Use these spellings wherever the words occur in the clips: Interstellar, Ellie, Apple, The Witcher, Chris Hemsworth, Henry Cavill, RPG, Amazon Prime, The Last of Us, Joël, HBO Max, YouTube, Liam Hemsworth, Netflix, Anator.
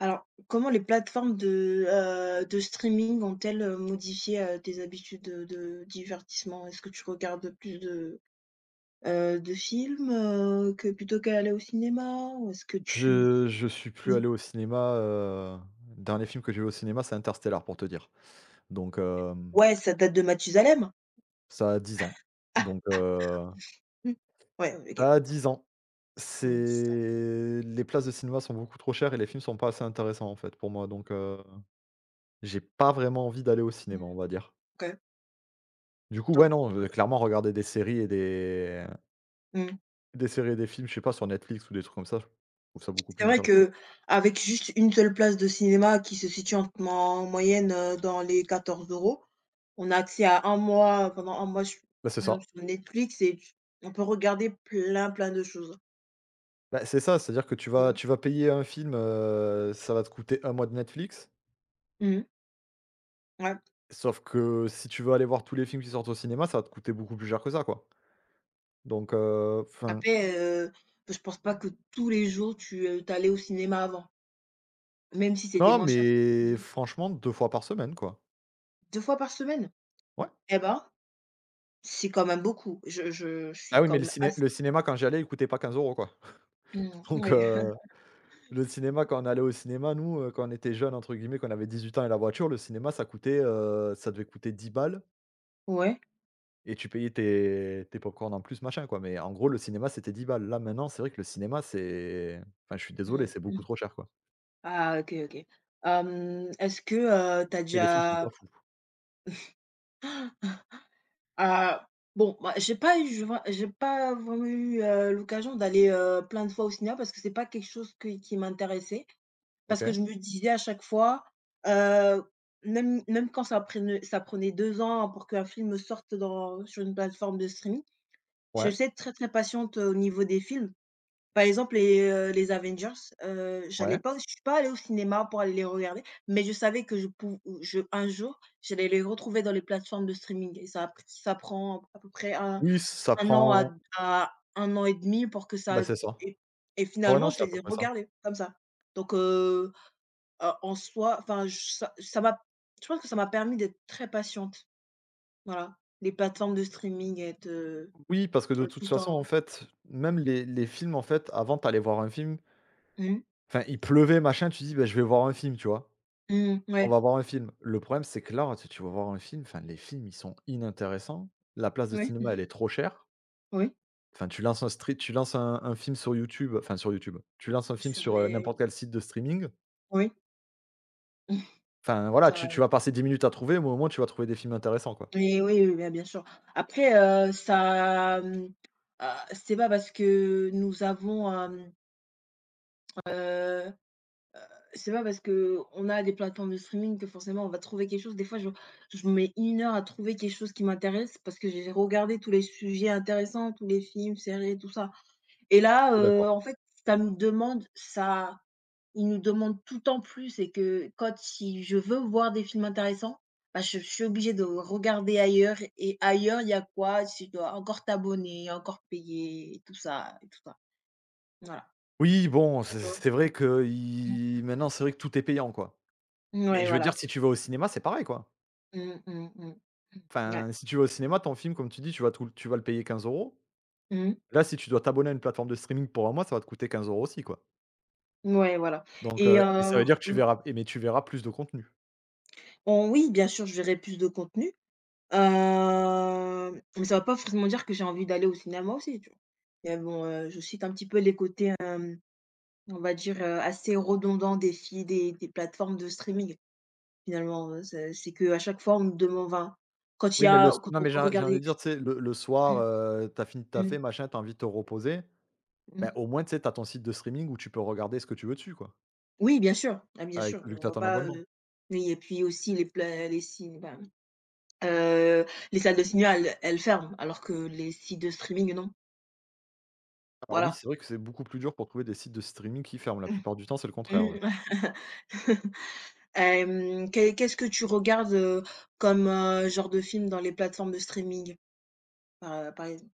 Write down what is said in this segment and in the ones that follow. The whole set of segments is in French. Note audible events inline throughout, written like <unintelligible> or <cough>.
Alors, comment les plateformes de streaming ont-elles modifié, tes habitudes, de divertissement? Est-ce que tu regardes plus de films, que plutôt qu'aller au cinéma? Ou est-ce que tu Je suis plus mmh, allé au cinéma, dernier film que j'ai vu au cinéma, c'est Interstellar pour te dire. Donc, hem, ouais, ça date de Mathusalem? Ça a 10 ans. Ah, Donc, mmh, ouais, ça OK. a 10 ans. 10 ans, C'est les places de cinéma sont beaucoup trop chères et les films sont pas assez intéressants, en fait, pour moi. Donc, j'ai pas vraiment envie d'aller au cinéma, mmh, on va dire. OK. Du coup, ouais, Donc, non, OK. clairement regarder des séries et Mmh. Des films, je sais pas, sur Netflix ou des trucs comme ça, je trouve ça beaucoup C'est plus vrai intéressant. que avec juste une seule place de cinéma qui se situe en moyenne, dans les 14 euros, on a accès à un mois su Bah, c'est par ça. exemple sur Netflix et tu on peut regarder plein, plein de choses. Bah, c'est ça, c'est-à-dire que tu vas Mmh. tu vas payer un film, ça va te coûter un mois de Netflix, Mmh. Ouais. sauf que si tu veux aller voir tous les films qui sortent au cinéma, ça va te coûter beaucoup plus cher que ça, quoi. Enfin, Après, je pense pas que tous les jours tu au cinéma avant, même si c'était non, moins cher. Mmh. mais franchement 2 fois par semaine, quoi. 2 fois par semaine? Ouais. Eh ben, c'est quand même beaucoup. Je Ah suis oui, mais quand même assez le cinéma quand j'y allais, il coûtait pas 15 euros, quoi. mmh, <laughs> Donc oui. <laughs> heu, le cinéma quand on allait au cinéma, nous, quand on était jeunes, entre guillemets, qu'on avait 18 ans et la voiture, le cinéma ça coûtait, ça devait coûter 10 balles. Ouais. Et tu payais tes pop en plus, machin, quoi, mais en gros, le cinéma, c'était 10 balles. Là, maintenant, c'est vrai que le cinéma, c'est, enfin, je suis désolé, c'est beaucoup Mmh. trop cher, quoi, Ah, OK, OK. Hem, est-ce que, tu as et les films sont déjà pas fous. ah, bon, bah, j'ai pas vraiment eu, l'occasion d'aller, plein de fois au cinéma parce que c'est pas quelque chose que qui m'intéressait. Parce que OK. je me disais à chaque fois, heu, même quand ça prenait 2 ans pour qu'un film sorte dans sur une plateforme de streaming, je Ouais, sais être très, très patiente, au niveau des films. Par exemple, les Avengers, j'allais ouais. pas je suis pas allée au cinéma pour aller les regarder, mais je savais que je pou je un jour, j'allais les retrouver dans les plateformes de streaming et ça a pris ça prend à peu près un Oui, ça 1 an prend, à 1 an et demi pour que bah, ça c'est ça. et et Ouais, non, finalement je c'est à les peu ai près ça. regardés comme ça. Donc en soi, enfin j ça m'a je pense que ça m'a permis d'être très patiente, voilà. Les plateformes de streaming Oui, parce que de toute tout le façon, temps en fait, même les films, en fait, avant, tu voir un film, mmh, enfin, il pleuvait, machin, tu dis: bah je vais voir un film», tu vois? mmh, On ouais, va voir un film. Le problème, c'est que là, tu vas voir un film, enfin, les films, ils sont inintéressants. La place de ouais, cinéma, elle est trop chère. oui. Enfin, tu lances un film sur YouTube, enfin sur YouTube, tu lances un film Sur sur, n'importe les quel site de streaming, oui. enfin voilà, Ça tu vas passer 10 minutes à trouver, mais au moins tu vas trouver des films intéressants, quoi. oui, oui, oui, bah, bien sûr. Après, heu, ça, mmh, c'est pas parce que heu, c'est pas parce que on a des plateformes de streaming que forcément on va trouver quelque chose. Des fois, je mets une heure à trouver quelque chose qui m'intéresse parce que j'ai regardé tous les sujets intéressants, tous les films, séries, tout ça et là, Oui, d'accord. en fait, ça me demande ça ils nous demandent tout en plus et que quand si je veux voir des films intéressants, bah, je suis obligée de regarder ailleurs et ailleurs, il y a quoi? Tu dois encore t'abonner, encore payer et tout ça et tout ça. Voilà, Oui, bon, c'est tu vois? c'est vrai qu'il maintenant, c'est vrai que tout est payant, quoi. Mmh, Mais ouais, je veux dire, voilà. si tu vas au cinéma, c'est pareil, quoi. Mmh, mmh, mmh. Mmh. Ouais. Enfin, si tu vas au cinéma, ton film, comme tu dis, tu vas le payer 15 euros. Mmh. Là, si tu dois t'abonner à une plateforme de streaming pour un mois, ça va te coûter 15 euros aussi, quoi. Ouais, voilà. Et heu, Et ça veut dire que tu mmh, verras et mais tu verras plus de contenu. oh oui, bien sûr, je verrai plus de contenu, mais ça va pas forcément dire que j'ai envie d'aller au cinéma aussi, tu vois? Mais bon, je cite un petit peu les côtés, on va dire, assez redondant des fi des plateformes de streaming. Finalement, c'est que à chaque fois on nous demande enfin, quand il y Oui, mais le s a quand non, on mais peut j'ai envie de regarder dire, tu sais, le soir, mmh, tu fini de mmh, taffer, machin, t'as envie de te reposer. Ben, mmh. au moins, tu sais, t'as ton site de streaming où tu peux regarder ce que tu veux dessus, quoi, Oui, bien sûr, ah bien avec sûr, vu que on t'as va ton pas, abonnement. Oui et puis aussi les pla les si bah, heu, les salles de cinéma elles ferment alors que les sites de streaming non, Alors oui, voilà. c'est vrai que c'est beaucoup plus dur pour trouver des sites de streaming qui ferment. La plupart du temps, c'est le contraire, Mmh, ouais. mmh. Hem, qu'est <laughs> qu'est-ce que tu regardes, comme, genre de film dans les plateformes de streaming? Par, par exemple?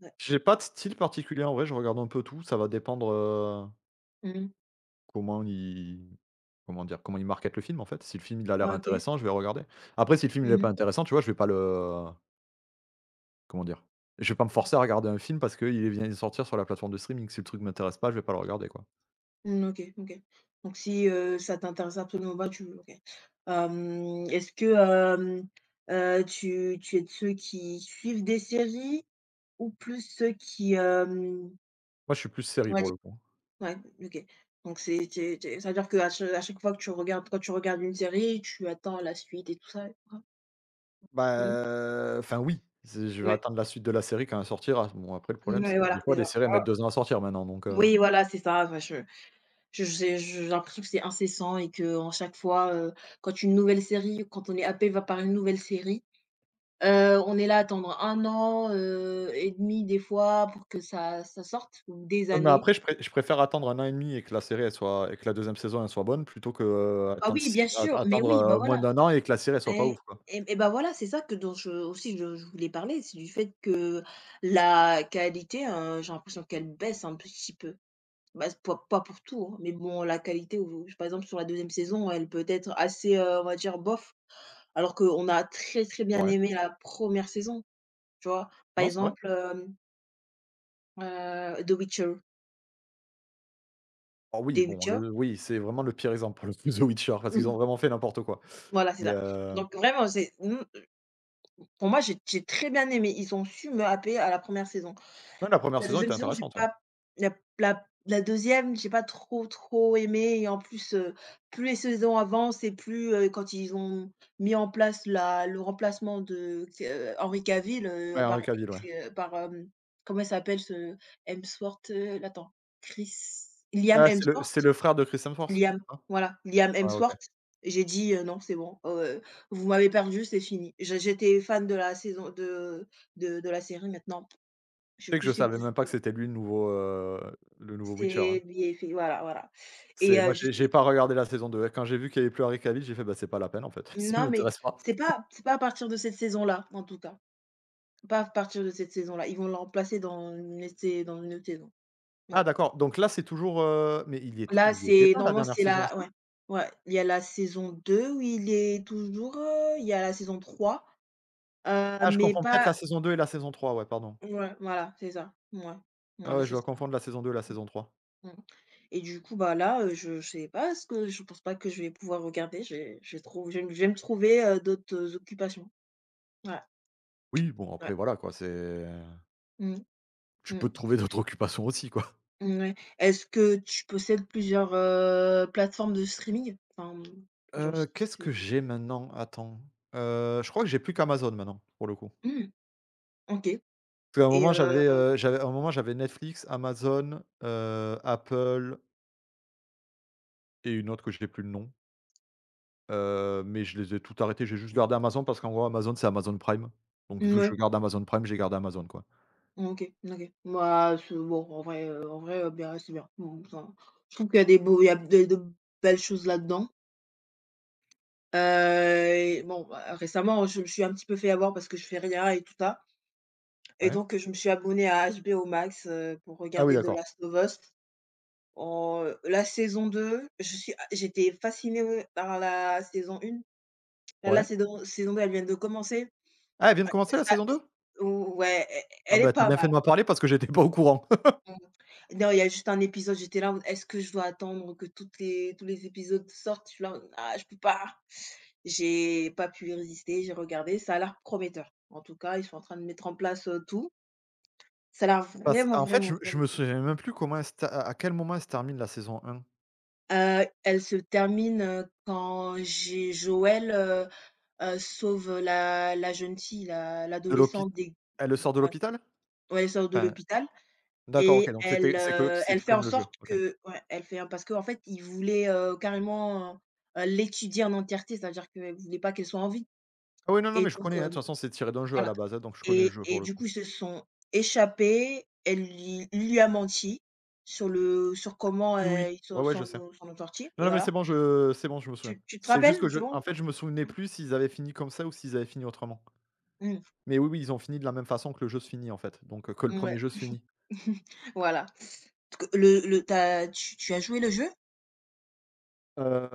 Ouais. J'ai pas de style particulier, en vrai, je regarde un peu tout. Ça va dépendre, Mmh. comment ils comment dire? Comment ils marketent le film, en fait. Si le film, il a l'air OK. intéressant, je vais regarder. Après, si le film, il est Mmh mh. pas intéressant, tu vois, je vais pas le. Comment dire? Je vais pas me Mmh. forcer à regarder un film parce qu'il vient de sortir sur la plateforme de streaming. Si le truc m'intéresse pas, je vais pas le regarder, quoi. Mmh, OK, OK. Donc si, ça t'intéresse absolument pas, tu OK. Hem, est-ce que, hem, tu es de ceux qui suivent des séries ou plus ceux qui, hem, Moi, je suis plus série on va pour dire le coup. ouais, OK. Donc c'est es ça veut dire qu'à cha à chaque fois que tu regardes quand tu regardes une série, tu attends la suite et tout ça et cetera? Mmh. Bah, enfin, oui, c'est je vais Ouais. attendre la suite de la série quand elle sortira. Bon, après, le problème, c'est Mouais, que des voilà, fois c'est les ça. séries elles mettent 2 ans à sortir maintenant, donc. Oui, voilà, c'est ça, enfin je j'ai l'impression que c'est incessant et que en chaque fois, quand une nouvelle série quand on est happé va par une nouvelle série, on est là à attendre 1 an, et demi des fois pour que ça sorte ou des Ouais, mais années. après, je préfère attendre 1 an et demi et que la série, elle soit et que la deuxième saison, elle soit bonne plutôt que, Ah attendre oui, si bien a sûr, mais attendre, oui, bah, moins voilà. d'un an et que la série, elle soit pas et ouf, quoi. Bah, voilà, c'est ça que dont je aussi je voulais parler, c'est du fait que la qualité, j'ai l'impression qu'elle baisse un petit peu. Bah, c'est pas pas pour tout, hein, mais bon la qualité ou par exemple sur la deuxième saison, elle peut être assez, on va dire bof. Alors qu'on a très, très bien Ouais, aimé la première saison, tu vois? Par non, c'est vrai. exemple, The Witcher, Ah oui, The bon, Witcher. le oui, c'est vraiment le pire exemple pour le coup, The Witcher, parce qu'ils ont Mhm. vraiment fait n'importe quoi. Voilà, c'est Mais, ça. Donc vraiment, c'est mmh, pour moi, j'ai très bien aimé. Ils ont su me happer à la première saison. non, la première La saison deuxième était saison, j'ai intéressante, ouais. pas la la la 2 j'ai pas trop, trop aimé et en plus, plus les saisons avancent et plus, quand ils ont mis en place la le remplacement de q Henry Cavill, Ouais, par Henry Cavill, ouais. q par, hem, comment il s'appelle ce Hemsworth, attends, Chris Liam Ah, c'est Hemsworth, le frère de Chris Hemsworth, Liam, c'est ça? voilà, Liam Ouais, OK. Hemsworth. J'ai dit: non, c'est bon, oh, vous m'avez perdu, c'est fini». Je J'étais fan de la saison de la série, maintenant, je suis Tu sais que je plus savais même pas que <unintelligible> c'était lui le nouveau Witcher, hein. C'est bien fait, voilà, voilà. C'est moi, j'ai j'étais pas regardé la saison deux. Quand j'ai vu qu'il y avait plus Henry Cavill, j'ai fait: «Bah, c'est pas la peine, en fait, <laughs> ça non, mais m'intéresse pas». C'est pas à partir de cette saison-là, en tout cas. Pas à partir de cette saison-là. Ils vont le remplacer dans une autre saison. Ouais. Ah, d'accord, donc là, c'est toujours, mais Là, il y était c'est pas la normalement, dernière c'est saison la ouais, aussi? ouais, il y a la saison 2 où il est toujours, il y a la saison 3, Ah, je mais confonds peut-être la pas saison 2 et la saison trois, ouais, pardon. ouais, voilà, c'est ça. Ouais, Ouais, voilà, ouais, je c'est dois ça. confondre la saison deux et la saison 3. Mmh. Et du coup, bah, là, je sais pas ce que je pense pas que je vais pouvoir regarder. Je vais me trouver, d'autres occupations. Ouais, Oui, bon, ouais. après voilà quoi, c'est Mmh. tu peux Mmh. te trouver d'autres occupations aussi, quoi. Mouais. Est-ce que tu possèdes plusieurs, plateformes de streaming? Enfin, mmh, plusieurs sites, Qu'est-ce que heu? j'ai maintenant? Attends, je crois que j'ai plus qu'Amazon maintenant, pour le coup. Mmh. OK. Parce qu'et heu à un moment j'avais Netflix, Amazon, Apple et une autre que j'ai plus le nom. Mais je les ai tout arrêtés. J'ai juste gardé Amazon parce qu'en gros Amazon, c'est Amazon Prime. Donc vu que je mouais. garde Amazon Prime, j'ai gardé Amazon, quoi. OK, OK. Bah, en vrai, bien, c'est bien. Mmh, ça je trouve qu'il y a de belles choses là-dedans. Et bon, bah, récemment, je me suis un petit peu fait avoir parce que je fais rien et tout ça et Ouais. donc je me suis abonnée à HBO Max, pour Ah oui, regarder The d'accord. Last of Us. En, la saison 2, je suis a j'étais fascinée, ouais, par la saison 1. Là, la Ouais. saison saison 2, elle vient de commencer. Ah, elle vient de commencer la Ça saison deux. ou ouais, e Ah, elle bah, est t'as pas bien fait mal. de m'en parler parce que j'étais pas au courant. <laughs> Mmh. Non, il y a juste un épisode, j'étais là en mode: «Est-ce que je dois attendre que toutes les tous les épisodes sortent?» je suis là en mode: «Ah, je peux pas». J'ai pas pu résister, j'ai regardé, ça a l'air prometteur. En tout cas, ils sont en train de mettre en place, tout. Ça a l'air Parce vraiment, en fait, vraiment, je me vraiment. souviens même plus comment elle se ter à quel moment elle se termine la saison un. Elle se termine, quand j'ai Joël, sauve la jeune fille, la De l'hôpital. l'adolescente des Elle le sort de ouais, l'hôpital? ouais, elle sort de Enfin. l'hôpital D'accord, OK, et donc c'était elle, c'est que elle c'était fait en comme le jeu? sorte OK. que ouais, elle fait hein, parce qu'en fait, ils voulaient, carrément, l'étudier en entièreté, c'est-à-dire qu'elle voulaient pas qu'elle soit en vie Ah oui, non, non, et mais je donc connais, hein, de toute façon, c'est tiré d'un jeu à voilà. la base, hein, donc je connais le jeu pour le du coup. coup, ils se sont échappés. Elle lui il lui a menti sur comment, Oui, oui, ils ouais, se ouais, je s'en sais. sont sont sortis Non, et non, mais voilà. C'est bon, je me souviens. Tu te C'est juste que rappelles? je C'est en bon? fait, je me souvenais plus s'ils avaient fini comme ça ou s'ils avaient fini autrement. Mmh, Mais oui, oui, ils ont fini de la même façon que le jeu se finit, en fait, que le premier mouais. jeu se finit. <laughs> Voilà. Que le t'as tu as joué le jeu? Heu,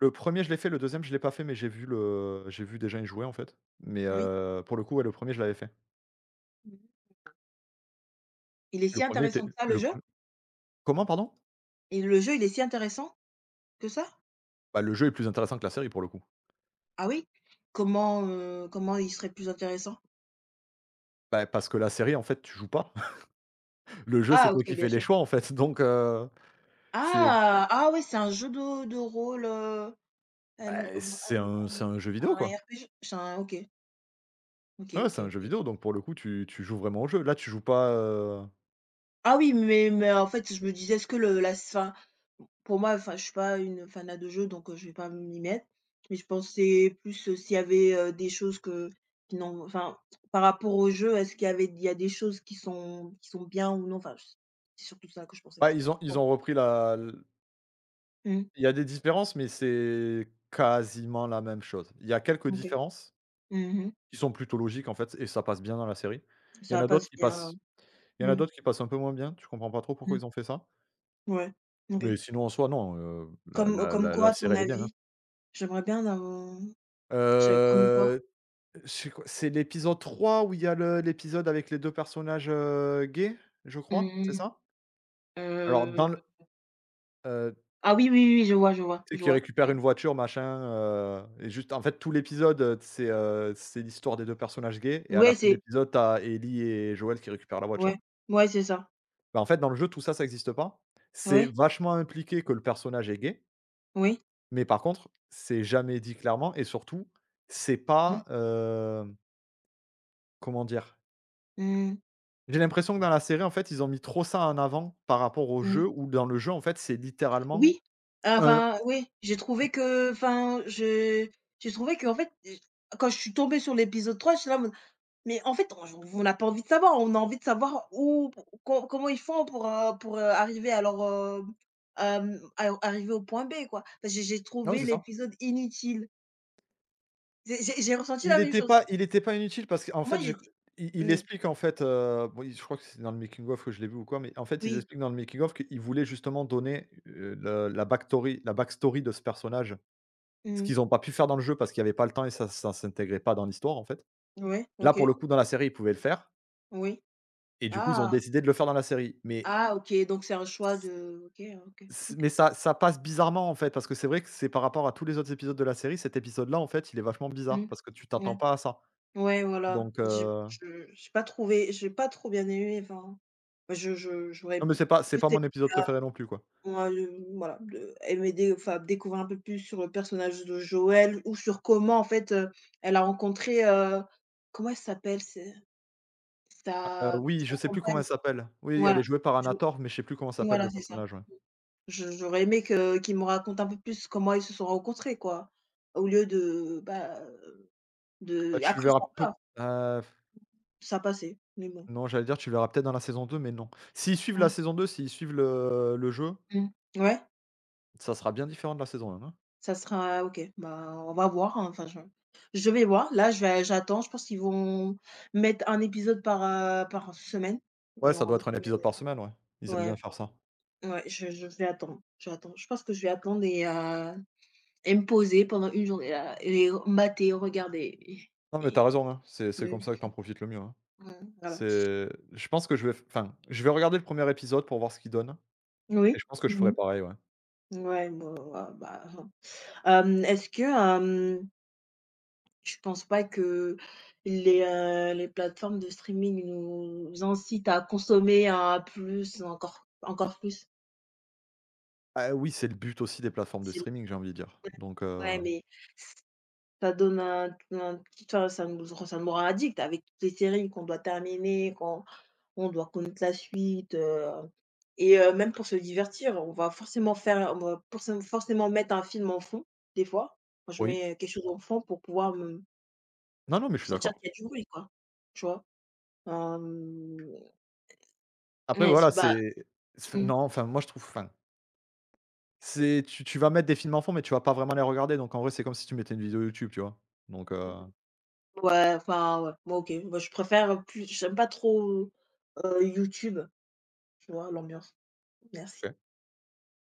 le premier, je l'ai fait, le deuxième, je l'ai pas fait, mais j'ai vu des gens y jouer, en fait. Mais, Oui. Pour le coup, ouais, le premier, je l'avais fait. Mmh. Il est Le si premier était intéressant que ça, le le jeu? prem Comment, pardon? Et le jeu, il est si intéressant que ça? Bah, le jeu est plus intéressant que la série, pour le coup. Ah oui? Comment, comment il serait plus intéressant? Bah, parce que la série, en fait, tu joues pas. Le jeu, c'est Ah toi OK, qui bien fais les sûr. choix, en fait, donc c'est Ah! Ah oui, c'est un jeu de rôle, M bah, M M M c'est un jeu vidéo, un quoi. RPG? C'est un OK. OK, Ouais, OK, c'est un jeu OK. vidéo, donc pour le coup, tu joues vraiment au jeu. Là, tu joues pas, Ah oui, mais en fait, je me disais: «Est-ce que le la fin pour moi, enfin, je suis pas une fanat de jeu donc je vais pas m'y mettre. Mais je pensais plus, s'il y avait, des choses que qui n'ont enfin, par rapport au jeu, est-ce qu'il y avait il y a des choses qui sont bien ou non? Enfin, je c'est surtout ça que je pensais. bah, ils Bon. ont repris la l Mmh. il y a des différences, mais c'est quasiment la même chose. Il y a quelques OK. différences Mmh mh. qui sont plutôt logiques, en fait, et ça passe bien dans la série. Il y en Ça a d'autres passe qui bien, passent il y en a mmh, d'autres qui passent un peu moins bien, tu comprends pas trop pourquoi mmh. ils ont fait ça, Ouais. OK. mais sinon, en soi, non, la Comme, la comme la quoi la à série, ton elle est bien, hein. avis? J'aimerais bien d'un je comme Heu quoi? c'est quoi? C'est l'épisode 3 où il y a le l'épisode avec les 2 personnages, gays, je crois, Mmh c'est mh. ça? Alors dans le heu, Ah oui, oui, oui, oui, je vois, je vois, Tu sais, je qu'ils vois. récupèrent une voiture machin, et juste en fait tout l'épisode, c'est l'histoire des 2 personnages gays et à la Ouais, fin de c'est l'épisode, tu Ellie et Joël qui récupèrent la ouais, voiture. ouais, c'est ça. Bah, en fait dans le jeu tout ça, ça existe pas. C'est Ouais, vachement impliqué que le personnage est gay, oui. mais par contre, c'est jamais dit clairement et surtout, c'est Mmh. pas, comment dire? Mmh. J'ai l'impression que dans la série, en fait, ils ont mis trop ça en avant par rapport au Mmh. jeu où dans le jeu, en fait, c'est littéralement Oui, un enfin, oui, j'ai trouvé que en fait, j quand je suis tombée sur l'épisode 3, j'étais là en mode: «Mais en fait, on n'a pas envie de savoir, on a envie de savoir où co comment ils font pour, arriver à leur, à arriver au point B, quoi». Parce que j'ai non, trouvé c'est ça. l'épisode inutile. J'ai ressenti il la même était chose. pas il était pas inutile parce qu'en Pour moi, fait, il j'ai était il mmh, explique, en fait, bon, il je crois que c'est dans le making of que je l'ai vu ou quoi, mais en fait, ils oui, expliquent dans le making of qu'ils voulaient justement donner, le la backstory de ce personnage, ce mmh, qu'ils n'ont pas pu faire dans le jeu parce qu'il n'y avait pas le temps et ça s'intégrait pas dans l'histoire, en fait. ouais, Là, pour le OK, coup, dans la série, ils pouvaient le faire oui. et du coup, ils ont Ah! décidé de le faire dans la série, mais Ah OK, donc c'est un choix de OK, OK, C OK. mais ça passe bizarrement, en fait, parce que c'est vrai que c'est par rapport à tous les autres épisodes de la série, cet épisode-là, en fait, il est vachement bizarre Mmh. parce que tu t'attends Ouais. pas à ça. Ouais, voilà. Donc, heu, J'ai pas trouvé j'ai pas trop bien aimé, enfin, je j'aurais non, mais p c'est plus pas aimé, mon épisode heu, préféré non plus, quoi. moi, voilà, de aimer dé enfin, découvrir un peu plus sur le personnage de Joël ou sur comment, en fait, elle a rencontré, comment elle s'appelle? C'est Oui, sa je sais plus comment compagne. elle s'appelle. Oui, elle Voilà, est jouée par je Anator, mais je sais plus comment s'appelle voilà, le c'est ça. personnage, ouais. Je j'aurais aimé que qu'ils me racontent un peu plus comment ils se sont rencontrés, quoi, au lieu de, bah Bah, de tu le après ça verras peut va, heu, ça passait, mais bon. non, j'allais dire tu le verras peut-être dans la saison 2, mais non. S'ils suivent la Mmh saison 2, s'ils suivent le jeu, mh. Ouais, ça sera bien différent de la saison un, hein. ça sera OK, bah, on va voir, hein, je vais voir. Là, je vais j'attends, je pense qu'ils vont mettre un épisode par, par semaine Ouais, et on ça va doit voir être un combien épisode de par semaine, ouais. Ils aiment ouais, bien faire ça. enfin, ouais, je vais attendre, je vais attendre. Je pense que je vais attendre et me poser pendant une journée là et mater, regarder Non, mais t'as et raison, hein, c'est comme ça que mmh, tu en profites le mieux, hein. mmh, voilà. C'est Je pense que je vais f enfin, je vais regarder le premier épisode pour voir ce qu'il donne Oui. et je pense que je ferai Mmh. pareil, ouais. Ouais, bah, bah, hem, est-ce que, hem je pense pas que les plateformes de streaming nous incitent à consommer à plus, encore encore plus. Ah oui, c'est le but aussi des plateformes de C'est streaming, j'ai envie de dire, donc, ouais, mais ça donne un petit enfin, ça nous rend addict avec toutes les séries qu'on doit terminer, qu'on on doit connaître la suite, et même pour se divertir, on va forcément faire on va forcément forcément mettre un film en fond, des fois. Moi, je oui. mets quelque chose en fond pour pouvoir me Non, non, mais je pour suis sentir d'accord. qu'il y a du bruit, quoi, tu vois? Hem Après ouais, voilà, c'est bah, c'est mmh, non, enfin, moi je trouve, enfin, c'est tu vas mettre des films enfants, mais tu vas pas vraiment les regarder, donc en vrai, c'est comme si tu mettais une vidéo YouTube, tu vois? Donc mmh, heu, ouais, enfin, ouais. Moi, OK. Moi, je préfère plus j'aime pas trop, YouTube, tu vois? L'ambiance. Merci. OK.